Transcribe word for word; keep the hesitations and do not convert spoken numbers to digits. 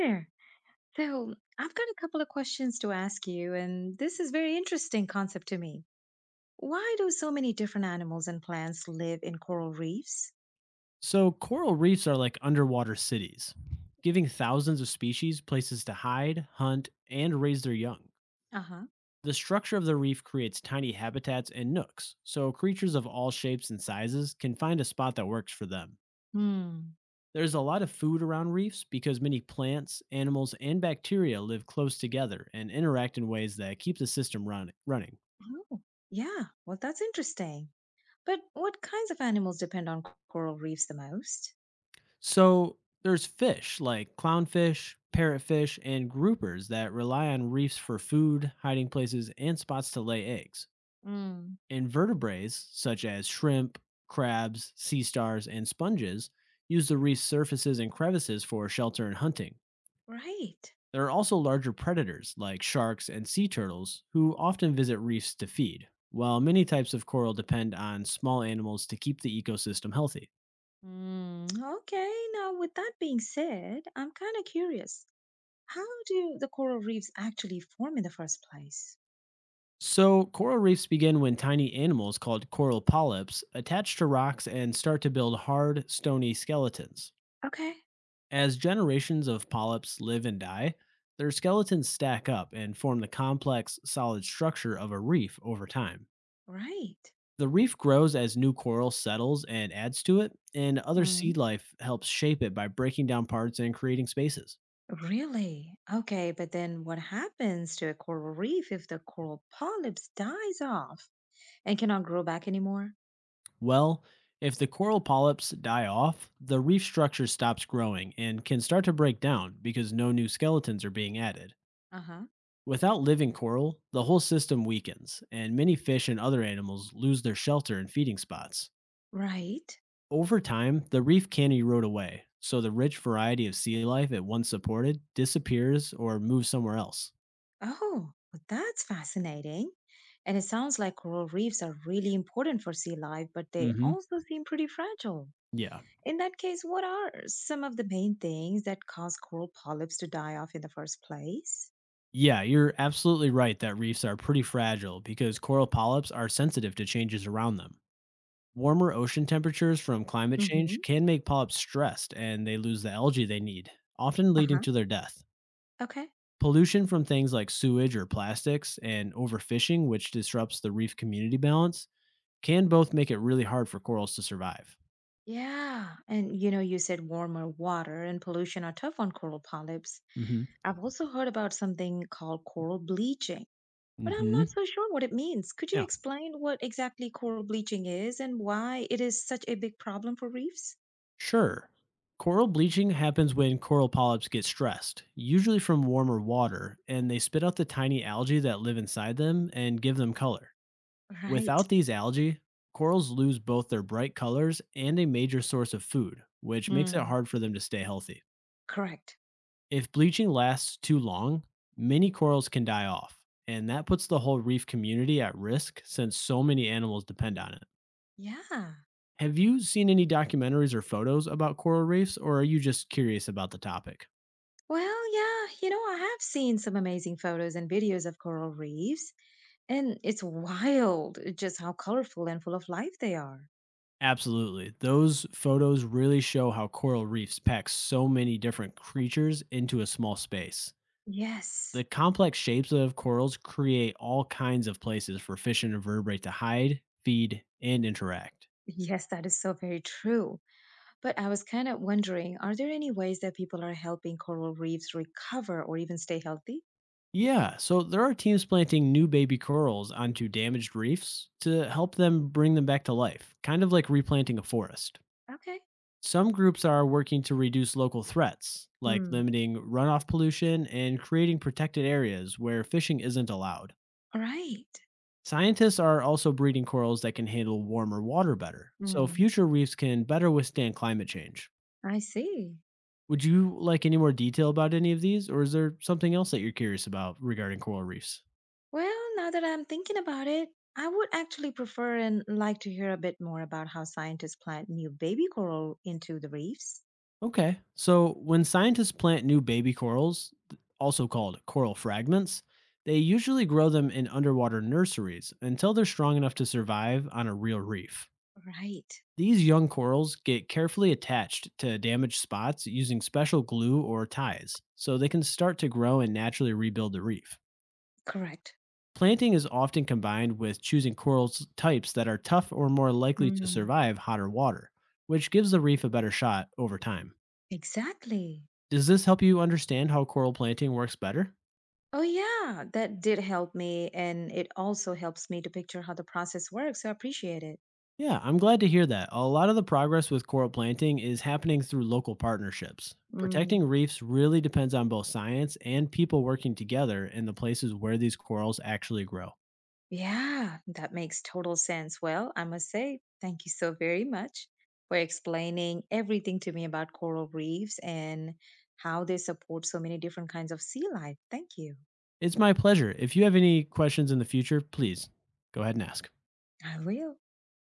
Sure. So, I've got a couple of questions to ask you, and this is very interesting concept to me. Why do so many different animals and plants live in coral reefs? So, coral reefs are like underwater cities, giving thousands of species places to hide, hunt, and raise their young. Uh-huh. The structure of the reef creates tiny habitats and nooks, so creatures of all shapes and sizes can find a spot that works for them. Hmm. There's a lot of food around reefs because many plants, animals, and bacteria live close together and interact in ways that keep the system run- running. Oh, yeah. Well, that's interesting. But what kinds of animals depend on c- coral reefs the most? So there's fish like clownfish, parrotfish, and groupers that rely on reefs for food, hiding places, and spots to lay eggs. Mm. Invertebrates such as shrimp, crabs, sea stars, and sponges use the reef's surfaces and crevices for shelter and hunting. Right. There are also larger predators like sharks and sea turtles who often visit reefs to feed, while many types of coral depend on small animals to keep the ecosystem healthy. Mm. Okay. Now, with that being said, I'm kind of curious. How do the coral reefs actually form in the first place? So, coral reefs begin when tiny animals called coral polyps attach to rocks and start to build hard, stony skeletons. Okay. As generations of polyps live and die, their skeletons stack up and form the complex, solid structure of a reef over time. Right. The reef grows as new coral settles and adds to it, and other sea life helps shape it by breaking down parts and creating spaces. Really? Okay, but then what happens to a coral reef if the coral polyps dies off and cannot grow back anymore? Well, if the coral polyps die off, the reef structure stops growing and can start to break down because no new skeletons are being added. Uh-huh. Without living coral, the whole system weakens, and many fish and other animals lose their shelter and feeding spots. Right. Over time, the reef can erode away, so the rich variety of sea life it once supported disappears or moves somewhere else. Oh, well, that's fascinating. And it sounds like coral reefs are really important for sea life, but they Hmm. also seem pretty fragile. Yeah. In that case, what are some of the main things that cause coral polyps to die off in the first place? Yeah, you're absolutely right that reefs are pretty fragile because coral polyps are sensitive to changes around them. Warmer ocean temperatures from climate change Mm-hmm. can make polyps stressed and they lose the algae they need, often leading Uh-huh. to their death. Okay. Pollution from things like sewage or plastics and overfishing, which disrupts the reef community balance, can both make it really hard for corals to survive. Yeah. And you know, you said warmer water and pollution are tough on coral polyps. Hmm. I've also heard about something called coral bleaching, but I'm Hmm. not so sure what it means. Could you Yeah. explain what exactly coral bleaching is and why it is such a big problem for reefs? Sure. Coral bleaching happens when coral polyps get stressed, usually from warmer water, and they spit out the tiny algae that live inside them and give them color. Right. Without these algae, corals lose both their bright colors and a major source of food, which makes it Mm, hard for them to stay healthy. correct. If bleaching lasts too long, many corals can die off, and that puts the whole reef community at risk since so many animals depend on it. Yeah. Have you seen any documentaries or photos about coral reefs, or are you just curious about the topic? Well, yeah, you know, I have seen some amazing photos and videos of coral reefs, and it's wild just how colorful and full of life they are. Absolutely. Those photos really show how coral reefs pack so many different creatures into a small space. The Yes. complex shapes of corals create all kinds of places for fish and invertebrates to hide, feed, and interact. Yes, that is so very true. But I was kind of wondering, are there any ways that people are helping coral reefs recover or even stay healthy? Yeah, so there are teams planting new baby corals onto damaged reefs to help them bring them back to life, kind of like replanting a forest. Okay. Some groups are working to reduce local threats, like Hmm. limiting runoff pollution and creating protected areas where fishing isn't allowed. All right. Scientists are also breeding corals that can handle warmer water better, so Mm. future reefs can better withstand climate change. I see. Would you like any more detail about any of these, or is there something else that you're curious about regarding coral reefs? Well, now that I'm thinking about it, I would actually prefer and like to hear a bit more about how scientists plant new baby coral into the reefs. Okay, so when scientists plant new baby corals, th- also called coral fragments, they usually grow them in underwater nurseries until they're strong enough to survive on a real reef. Right. These young corals get carefully attached to damaged spots using special glue or ties, so they can start to grow and naturally rebuild the reef. Correct. Planting is often combined with choosing coral s- types that are tough or more likely to Mm. survive hotter water, which gives the reef a better shot over time. Exactly. Does this help you understand how coral planting works better? Oh, yeah, that did help me. And it also helps me to picture how the process works. So I appreciate it. Yeah, I'm glad to hear that. A lot of the progress with coral planting is happening through local partnerships. Protecting Mm, reefs really depends on both science and people working together in the places where these corals actually grow. yeah, that makes total sense. Well, I must say, thank you so very much for explaining everything to me about coral reefs and how they support so many different kinds of sea life. Thank you. It's my pleasure. If you have any questions in the future, please go ahead and ask. I will.